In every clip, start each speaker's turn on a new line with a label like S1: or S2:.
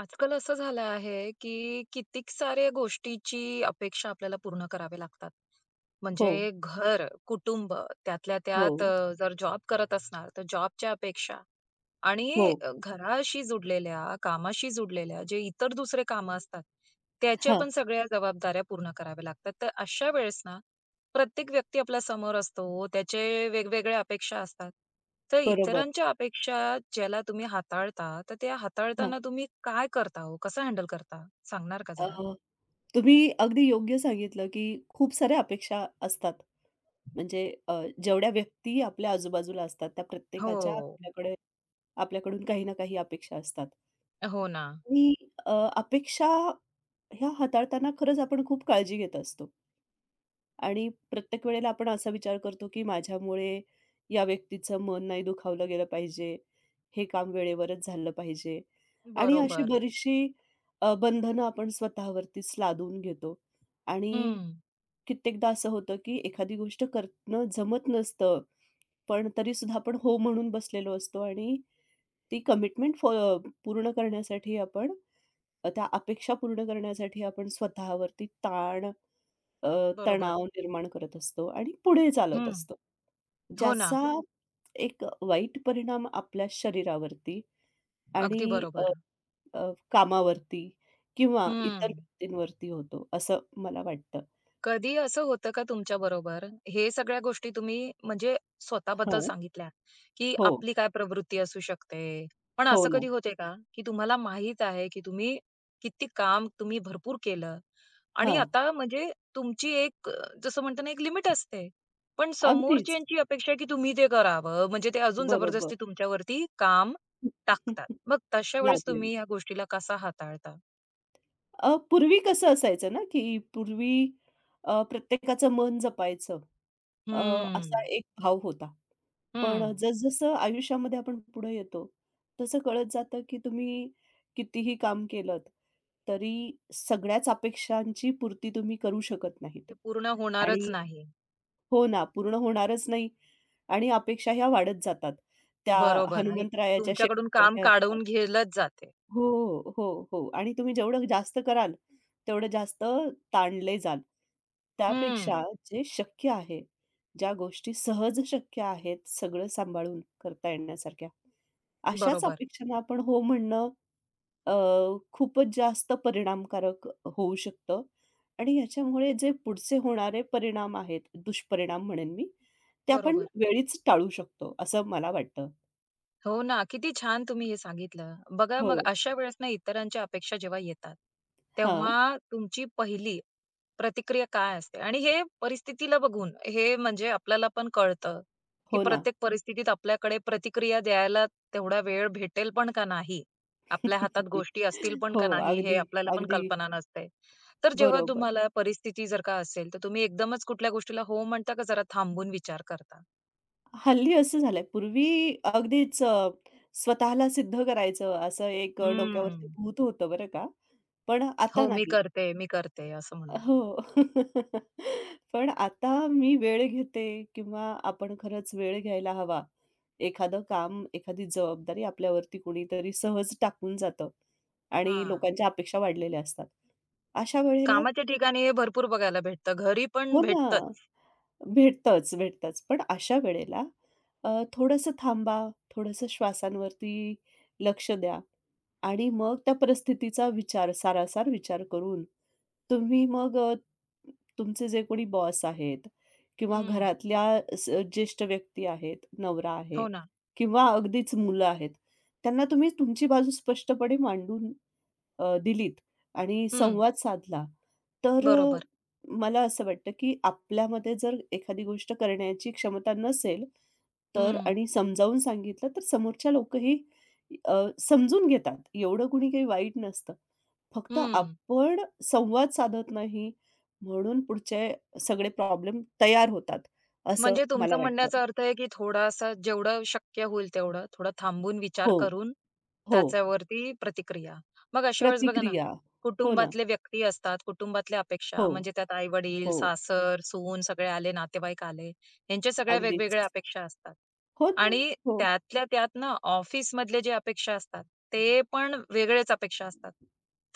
S1: आजकाल असं झालं आहे, की कितीक साऱ्या गोष्टीची अपेक्षा आपल्याला पूर्ण करावे लागतात.
S2: हो,
S1: म्हणजे घर, कुटुंब त्यातल्या
S2: हो,
S1: त्यात जर जॉब करत असणार, तर जॉबच्या अपेक्षा. आणि
S2: हो.
S1: घराशी जुडलेल्या, कामाशी जुडलेल्या जे इतर दुसरे कामं असतात, त्याच्या
S2: हां,
S1: पण सगळ्या जबाबदाऱ्या पूर्ण कराव्या लागतात. तर अशा वेळेस ना, प्रत्येक व्यक्ती आपल्या समोर असतो, त्याचे वेगवेगळ्या अपेक्षा असतात. तर
S2: बरोबर.
S1: इतरांच्या अपेक्षा ज्याला तुम्ही हाताळता, तर त्या
S2: हां.
S1: हाताळताना तुम्ही काय करता हो? कसं हँडल करता? सांगणार का
S2: अ,
S1: जरा?
S2: तुम्ही अगदी योग्य सांगितलं, की खूप साऱ्या अपेक्षा असतात. म्हणजे जेवढ्या व्यक्ती आपल्या आजूबाजूला असतात, त्या प्रत्येकाच्या
S1: हो.
S2: आपल्याकडून काही ना काही अपेक्षा असतात.
S1: हो ना.
S2: आणि अपेक्षा ह्या हाताळताना खरंच आपण खूप काळजी घेत असतो. आणि प्रत्येक वेळेला आपण असा विचार करतो, की माझ्यामुळे या व्यक्तीचं मन नाही दुखावलं गेलं पाहिजे. हे काम वेळेवरच झालं पाहिजे आणि अशी अगदी
S1: बरोबर.
S2: बरीचशी बंधनं आपण स्वतःवरतीच लादून घेतो आणि
S1: हं.
S2: कित्येकदा असं होतं, की एखादी गोष्ट करणं जमत नसतं, पण तरीसुद्धा आपण हो म्हणून बसलेलो असतो आणि ती कमिटमेंट फॉ पूर्ण करण्यासाठी आपण त्या अपेक्षा पूर्ण करण्यासाठी आपण स्वतःवरती ताण, अ,
S1: बरोबर.
S2: तणाव निर्माण करत असतो आणि पुढे चालत
S1: हं.
S2: असतो.
S1: हो ना.
S2: ज्याचा एक वाईट परिणाम आपल्या शरीरावरती आणि
S1: अगदी
S2: अ,
S1: बरोबर.
S2: अ, कामावरती किंवा इतर
S1: हं.
S2: व्यक्तींवरती होतो, असं मला वाटतं.
S1: कधी असं होतं का तुमच्या बरोबर, हे सगळ्या गोष्टी तुम्ही म्हणजे स्वतःबद्दल
S2: हां.
S1: सांगितल्या, की
S2: हो.
S1: आपली काय प्रवृत्ती असू शकते. पण
S2: हो
S1: असं
S2: ना.
S1: कधी होते का, की तुम्हाला माहीत आहे, की तुम्ही किती काम तुम्ही भरपूर केलं आणि
S2: हां.
S1: आता म्हणजे तुमची एक जसं म्हणतो ना, एक लिमिट असते. पण
S2: अगदीच.
S1: समोरच्यांची अपेक्षा आहे, की तुम्ही ते करावं, म्हणजे ते अजून
S2: बरोबर.
S1: जबरदस्ती तुमच्यावरती काम टाकतात. मग तशा वेळेस
S2: लागलेलं.
S1: तुम्ही या गोष्टीला कसा हाताळता?
S2: पूर्वी कसं असायचं ना, की पूर्वी प्रत्येकाचं मन जपायचं, अ,
S1: हं,
S2: असा एक भाव होता. पण
S1: हं.
S2: जसजसं आयुष्यामध्ये आपण पुढे येतो, तसं कळत जातं, की तुम्ही कितीही काम केलंत, तरी सगळ्याच अपेक्षांची पूर्ती तुम्ही करू शकत नाहीत.
S1: ते पूर्ण
S2: आणि
S1: होणारच नाही.
S2: हो ना, पूर्ण होणारच नाही आणि अपेक्षा ह्या वाढत जातात. त्या
S1: बरोबर आणि
S2: हनुमंतरायाच्या
S1: तुमच्याकडून काम
S2: शेपटीसारख्या असतात.
S1: काढवून घेतलंच जाते.
S2: हो, हो, हो. आणि तुम्ही जेवढं जास्त कराल, तेवढं जास्त ताणले जाल.
S1: हं.
S2: त्यापेक्षा जे शक्य आहे, ज्या गोष्टी सहज शक्य आहेत, सगळं सांभाळून करता येण्यासारख्या, अशाच
S1: बरोबर,
S2: अपेक्षांना आपण हो म्हणणं अ, खूपच जास्त परिणामकारक होऊ शकतं आणि याच्यामुळे जे पुढचे होणारे परिणाम आहेत, दुष्परिणाम म्हणेन मी, ते आपण
S1: बरोबर.
S2: वेळीच टाळू शकतो, असं मला वाटतं.
S1: हो ना, किती छान तुम्ही हे सांगितलं. बघा
S2: हो.
S1: मग अशा वेळेस ना इतरांच्या अपेक्षा जेव्हा येतात,
S2: हां.
S1: तेव्हा तुमची पहिली प्रतिक्रिया काय असते? आणि हे परिस्थितीला बघून हे म्हणजे आपल्याला पण कळतं, की
S2: हो ना.
S1: प्रत्येक परिस्थितीत आपल्याकडे प्रतिक्रिया द्यायला तेवढा वेळ भेटेल पण का नाही? आपल्या हातात गोष्टी असतील पण
S2: हो,
S1: का नाही? हे
S2: अगदी,
S1: आपल्याला पण
S2: अगदी
S1: कल्पना नसते. तर जेव्हा
S2: बरोबर.
S1: तुम्हाला परिस्थिती जर का असेल, तर तुम्ही एकदमच कुठल्या गोष्टीला हो म्हणता का जरा थांबून विचार करता?
S2: हल्ली असं झालंय. पूर्वी अगदीच स्वतःला सिद्ध करायचं, असं एक डोक्यावरती
S1: हम्म.
S2: भूत होतं बरं का. पण आता
S1: हो, मी
S2: नाही.
S1: करते, मी करते असं म्हणून.
S2: हो. पण आता मी वेळ घेते किंवा आपण खरंच वेळ घ्यायला हवा. एखादं काम, एखादी जबाबदारी आपल्यावरती कुणीतरी सहज टाकून जातं आणि
S1: हां.
S2: लोकांच्या अपेक्षा वाढलेल्या असतात. अशा वेळेला
S1: कामाच्या ठिकाणी हे भरपूर बघायला भेटतं. घरी पण
S2: हो ना.
S1: भेटतंच.
S2: भेटतंच, भेटतंच. पण अशा वेळेला थोडंसं थांबा, थोडंसं श्वासांवरती लक्ष द्या आणि मग त्या परिस्थितीचा विचार, सारासार विचार करून तुम्ही मग तुमचे जे कोणी बॉस आहेत किंवा
S1: हं.
S2: घरातल्या ज्येष्ठ व्यक्ती आहेत, नवरा आहे
S1: हो ना.
S2: किंवा अगदीच मुलं आहेत, त्यांना तुम्ही तुमची बाजू स्पष्टपणे मांडून दिलीत आणि
S1: हं.
S2: संवाद साधला, तर
S1: बरोबर.
S2: मला असं वाटतं, की आपल्यामध्ये जर एखादी गोष्ट करण्याची क्षमता नसेल, तर
S1: हं.
S2: आणि समजावून सांगितलं, तर समोरच्या लोकही समजून घेतात. एवढं कुणी काही वाईट नसतं. फक्त
S1: हं.
S2: आपण संवाद साधत नाही, म्हणून पुढचे सगळे प्रॉब्लेम तयार होतात, असं
S1: म्हणजे तुमचं
S2: मला वाटतं.
S1: म्हणण्याचा अर्थ आहे, की थोडासा जेवढं शक्य होईल तेवढं, थोडं थांबून विचार
S2: हो,
S1: करून
S2: हो.
S1: त्याच्यावरती प्रतिक्रिया. मग अशा वेळेस बघा ना,
S2: प्रतिक्रिया. हो ना.
S1: कुटुंबातले व्यक्ती असतात, कुटुंबातल्या
S2: हो,
S1: अपेक्षा म्हणजे त्यात आई-वडील,
S2: हो.
S1: सासर, सून सगळे आले, नातेवाईक आले, यांच्या सगळ्या वेगवेगळ्या
S2: अगदीच.
S1: अपेक्षा असतात.
S2: हो ना.
S1: आणि
S2: हो.
S1: त्यातल्या त्यात ना ऑफिसमधले जे अपेक्षा असतात, ते पण वेगळेच अपेक्षा असतात.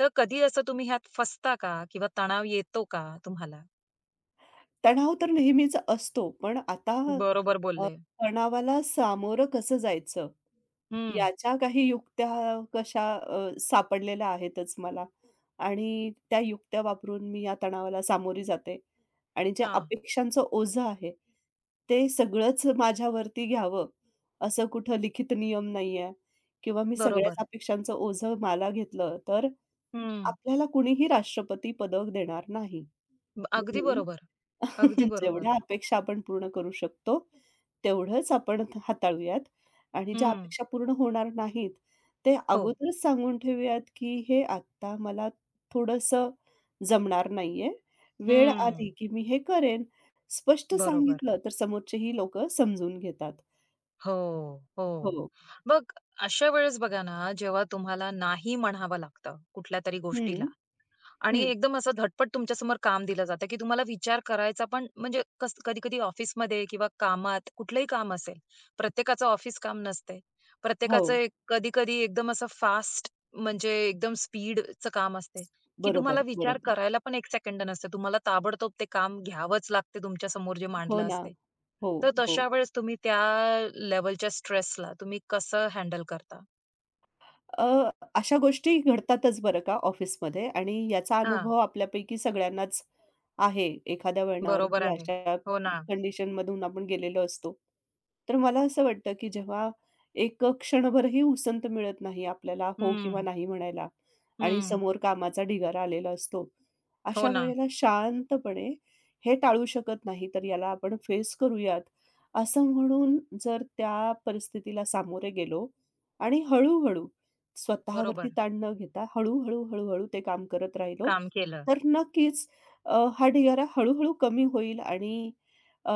S1: तर कधी असं तुम्ही ह्यात फसता का? किंवा तणाव येतो का तुम्हाला?
S2: तणाव तर नेहमीच असतो, पण आता
S1: बरोबर
S2: अ,
S1: बोलले.
S2: तणावाला सामोरं कसं जायचं?
S1: हं.
S2: याच्या काही युक्त्या कशा सापडलेल्या आहेतच मला आणि त्या युक्त्या वापरून मी या तणावाला सामोरी जाते आणि ज्या
S1: हां.
S2: अपेक्षांचं ओझं आहे, ते सगळंच माझ्यावरती घ्यावं, असं कुठं लिखित नियम नाहीये किंवा मी सगळ्याच
S1: बरोबर.
S2: अपेक्षांचं ओझं मला घेतलं, तर
S1: हं.
S2: आपल्याला कुणीही राष्ट्रपती पदक देणार नाही.
S1: ब अगदी
S2: म्हणून
S1: बरोबर. अगदी
S2: जेवढ्या
S1: बरोबर.
S2: अपेक्षा आपण पूर्ण करू शकतो, तेवढंच आपण हाताळूयात आणि ज्या
S1: हं.
S2: अपेक्षा पूर्ण होणार नाहीत, ते
S1: हो.
S2: अगोदरच सांगून ठेवूयात, की हे आत्ता मला थोडंसं जमणार नाहीये. वेळ
S1: हं.
S2: आली, की मी हे करेन. स्पष्ट
S1: बरोबर.
S2: सांगितलं, तर समोरचेही लोकं समजून घेतात.
S1: हो, हो.
S2: हो.
S1: मग अशा वेळेस बघा ना, जेव्हा तुम्हाला नाही म्हणावं लागतं कुठल्या तरी गोष्टीला,
S2: हं,
S1: आणि
S2: हं.
S1: एकदम असं धडपड तुमच्यासमोर काम दिलं जातं, की तुम्हाला विचार करायचा पण म्हणजे कसं कधी-कधी ऑफिसमध्ये किंवा कामात कुठलंही काम असेल, प्रत्येकाचं ऑफिस काम नसते.
S2: हो.
S1: प्रत्येकाचं एक कधी-कधी एकदम असं फास्ट म्हणजे एकदम स्पीडचं काम असते, की तुम्हाला
S2: बरोबर,
S1: विचार
S2: बरोबर.
S1: करायला पण 1 सेकंद नसते. तुम्हाला ताबडतोब ते काम घ्यावंच लागते तुमच्यासमोर जे
S2: हो
S1: मांडलं
S2: ना.
S1: असते.
S2: हो,
S1: तर
S2: हो.
S1: तशा वेळेस तुम्ही त्या लेव्हलच्या स्ट्रेसला तुम्ही कसं हँडल करता?
S2: अ, अशा गोष्टी घडतातच बरं का ऑफिसमध्ये आणि याचा
S1: हां,
S2: अनुभव आपल्यापैकी सगळ्यांनाच आहे. एखाद्या
S1: बरोबर
S2: वळणावरती
S1: आहे.
S2: अशा
S1: हो ना.
S2: कंडिशनमधून आपण गेलेलो असतो. तर मला असं वाटतं, की जेव्हा एक क्षणभरही उसंत मिळत नाही आपल्याला हो किंवा
S1: हं,
S2: नाही म्हणायला आणि
S1: हं.
S2: समोर कामाचा ढिगारा आलेला असतो.
S1: हो
S2: अशा
S1: ना.
S2: वेळेला शांतपणे हे टाळू शकत नाही, तर याला आपण फेस करूयात, असं म्हणून जर त्या परिस्थितीला सामोरे गेलो आणि स्वतःवरती
S1: बरोबर.
S2: ताण न घेता हळू-हळू, हळूहळू ते काम करत राहिलो,
S1: काम केलं.
S2: तर नक्कीच हा ढिगारा हळू कमी होईल आणि अ,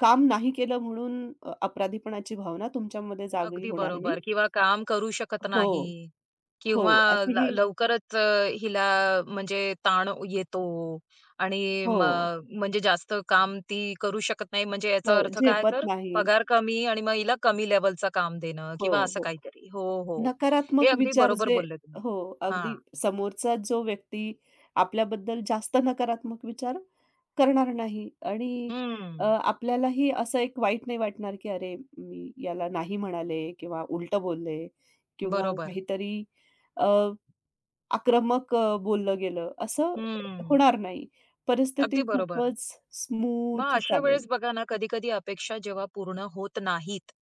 S2: काम नाही केलं म्हणून अपराधीपणाची भावना तुमच्यामध्ये जागी
S1: अगदी
S2: होणार नाही.
S1: बरोबर किंवा काम करू शकत
S2: हो,
S1: नाही
S2: हो.
S1: किंवा
S2: अशी
S1: ल
S2: ही
S1: लवकरच हिला म्हणजे ताण येतो आणि
S2: हो,
S1: मग म्हणजे जास्त काम ती करू शकत नाही, म्हणजे
S2: अ,
S1: याचा अर्थ काय
S2: झेपत
S1: तर
S2: नाही.
S1: पगार कमी आणि मग हिला कमी लेव्हलचं काम देणं
S2: हो,
S1: किंवा असं
S2: हो.
S1: काहीतरी. हो, हो. हे
S2: नकारात्मक
S1: अगदी
S2: विचार
S1: बरोबर
S2: जे
S1: बोलले तुम्ही.
S2: हो,
S1: हां.
S2: अगदी समोरचा जो व्यक्ती आपल्याबद्दल जास्त नकारात्मक विचार करणार नाही आणि
S1: हं.
S2: आपल्यालाही असं एक वाईट नाही वाटणार, की "अरे, मी याला नाही म्हणाले किंवा उलटं बोलले किंवा
S1: बरोबर.
S2: काहीतरी अ, आक्रमक बोललं गेलं." असं
S1: हं.
S2: होणार नाही. परिस्थिती
S1: अगदी बरोबर.
S2: खूपच
S1: मग
S2: स्मूथ
S1: अशा
S2: चालेल.
S1: वेळेस बघा ना, कधी-कधी अपेक्षा जेव्हा पूर्ण होत नाहीत,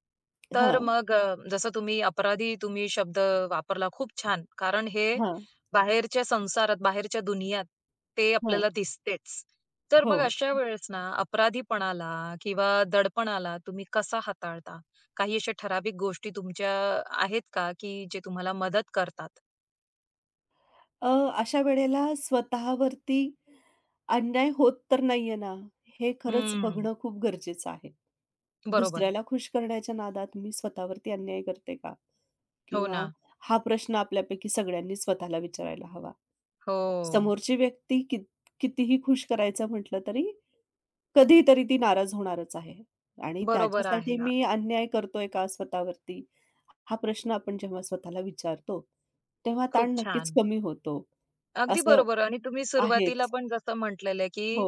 S1: तर
S2: हां,
S1: मग जसं तुम्ही अपराधी तुम्ही शब्द वापरला खूप छान. कारण हे
S2: हां,
S1: बाहेरच्या संसारात, बाहेरच्या दुनियात ते
S2: हां.
S1: आपल्याला दिसतेच. तर
S2: हो.
S1: मग अशा वेळेस ना, अपराधीपणाला किंवा दडपणाला तुम्ही कसा हाताळता? काही अशा ठराविक गोष्टी तुमच्या आहेत का, की जे तुम्हाला मदत करतात?
S2: अ, अशा वेळेला स्वतःवरती अन्याय होत तर नाहीये ना, हे खरंच
S1: हं,
S2: बघणं खूप गरजेचं आहे.
S1: बरोबर.
S2: दुसऱ्याला खुश करण्याच्या नादात मी स्वतःवरती अन्याय करते का?
S1: हो
S2: किंवा
S1: ना.
S2: हा प्रश्न आपल्यापैकी सगळ्यांनी स्वतःला विचारायला हवा.
S1: हो,
S2: समोरची व्यक्ती कितीही खुश करायचं म्हटलं तरी, कधीतरी ती नाराज होणारच आहे आणि
S1: बरोबर
S2: त्याच्यासाठी
S1: आहे.
S2: मी अन्याय करतोय का स्वतःवरती? हा प्रश्न आपण जेव्हा स्वतःला विचारतो, तेव्हा
S1: खूप
S2: ताण नक्कीच
S1: छान.
S2: कमी होतो.
S1: अगदी
S2: असं
S1: बरोबर आणि तुम्ही सुरुवातीला
S2: आहेच.
S1: पण जसं म्हटलेलं आहे,
S2: हो,
S1: की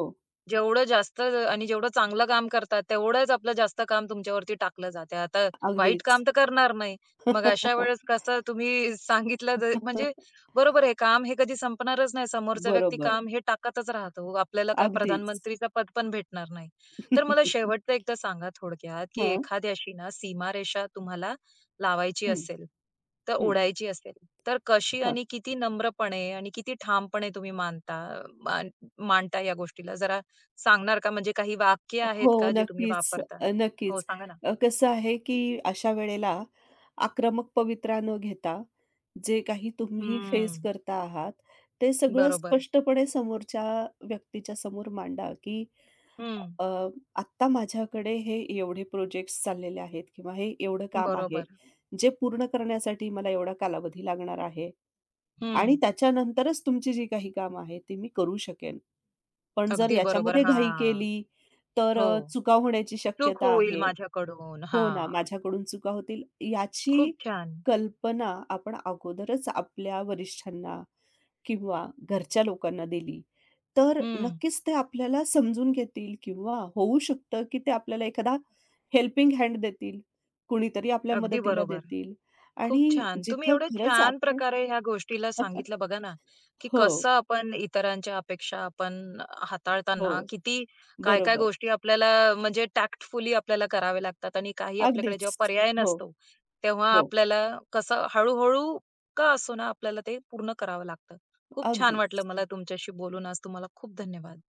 S1: जेवढं जास्त आणि जेवढं चांगलं काम करतात, तेवढंच आपलं जास्त काम तुमच्यावरती टाकलं जातंय. आता वाईट
S2: अगदीच.
S1: काम तर करणार नाही. मग अशा वेळेस कसं तुम्ही सांगितलं ज म्हणजे बरोबर आहे, काम हे कधी संपणारच नाही. समोरचा व्यक्ती
S2: बरोबर.
S1: काम हे टाकतच राहतो. आपल्याला काय
S2: अगदीच.
S1: प्रधानमंत्रीचं पद पण भेटणार नाही. तर मला शेवटचं एकदा सांगा थोडक्यात, की
S2: हां.
S1: एखाद्याशी ना सीमारेषा तुम्हाला लावायची
S2: हं,
S1: असेल, तर
S2: हं.
S1: ओढायची असेल, तर कशी
S2: हां.
S1: आणि किती नम्रपणे आणि किती ठामपणे तुम्ही मानता मान मांडता या गोष्टीला? जरा सांगणार का? म्हणजे काही वाक्य
S2: हो,
S1: आहेत का जे तुम्ही
S2: नक्कीच,
S1: वापरता? हो,
S2: नक्कीच.
S1: सांगा ना.
S2: कसं आहे, की अशा वेळेला आक्रमक पवित्रा न घेता जे काही तुम्ही फेस
S1: हम्म.
S2: करता आहात, ते सगळं
S1: बरोबर.
S2: स्पष्टपणे समोरच्या व्यक्तीच्या समोर मांडा, की
S1: हं.
S2: अ, आत्ता माझ्याकडे हे एवढे प्रोजेक्ट्स चाललेले आहेत किंवा हे एवढं काम आहे,
S1: बरोबर.
S2: जे पूर्ण करण्यासाठी मला एवढा कालावधी लागणार आहे आणि
S1: हं.
S2: त्याच्यानंतरच तुमची जी काही कामं आहेत, ती मी करू शकेन. पण जर
S1: अगदी बरोबर.
S2: याच्यामध्ये घाई
S1: हां.
S2: केली, तर
S1: हो.
S2: चुका होण्याची
S1: चूक
S2: शक्यता
S1: होईल
S2: आहे.
S1: माझ्याकडून.
S2: हो ना,
S1: हां.
S2: माझ्याकडून चुका होतील याची
S1: खूप छान.
S2: कल्पना आपण अगोदरच आपल्या वरिष्ठांना किंवा घरच्या लोकांना दिली, तर
S1: हं.
S2: नक्कीच ते आपल्याला समजून घेतील किंवा होऊ शकतं, की ते आपल्याला एखादा हेल्पिंग हँड देतील. कुणीतरी आपल्या
S1: अगदी
S2: मदतीला
S1: बरोबर.
S2: देतील
S1: खूप
S2: आणि
S1: छान. तुम्ही
S2: जिथं
S1: एवढे
S2: खरंच
S1: छान
S2: आपण
S1: प्रकारे ह्या गोष्टीला सांगितलं बघा ना, की
S2: हो,
S1: कसं आपण इतरांच्या अपेक्षा आपण
S2: हो.
S1: हाताळताना किती काय-काय
S2: बरोबर.
S1: गोष्टी आपल्याला म्हणजे टॅक्टफुली आपल्याला करावे लागतात आणि काही आपल्याकडे
S2: अगदीच.
S1: जेव्हा पर्याय
S2: हो,
S1: नसतो, तेव्हा
S2: हो.
S1: आपल्याला कसं हळू का असो ना, आपल्याला ते पूर्ण करावं लागतं. खूप छान वाटलं
S2: अगदीच.
S1: मला तुमच्याशी बोलून आज. तुम्हाला खूप धन्यवाद.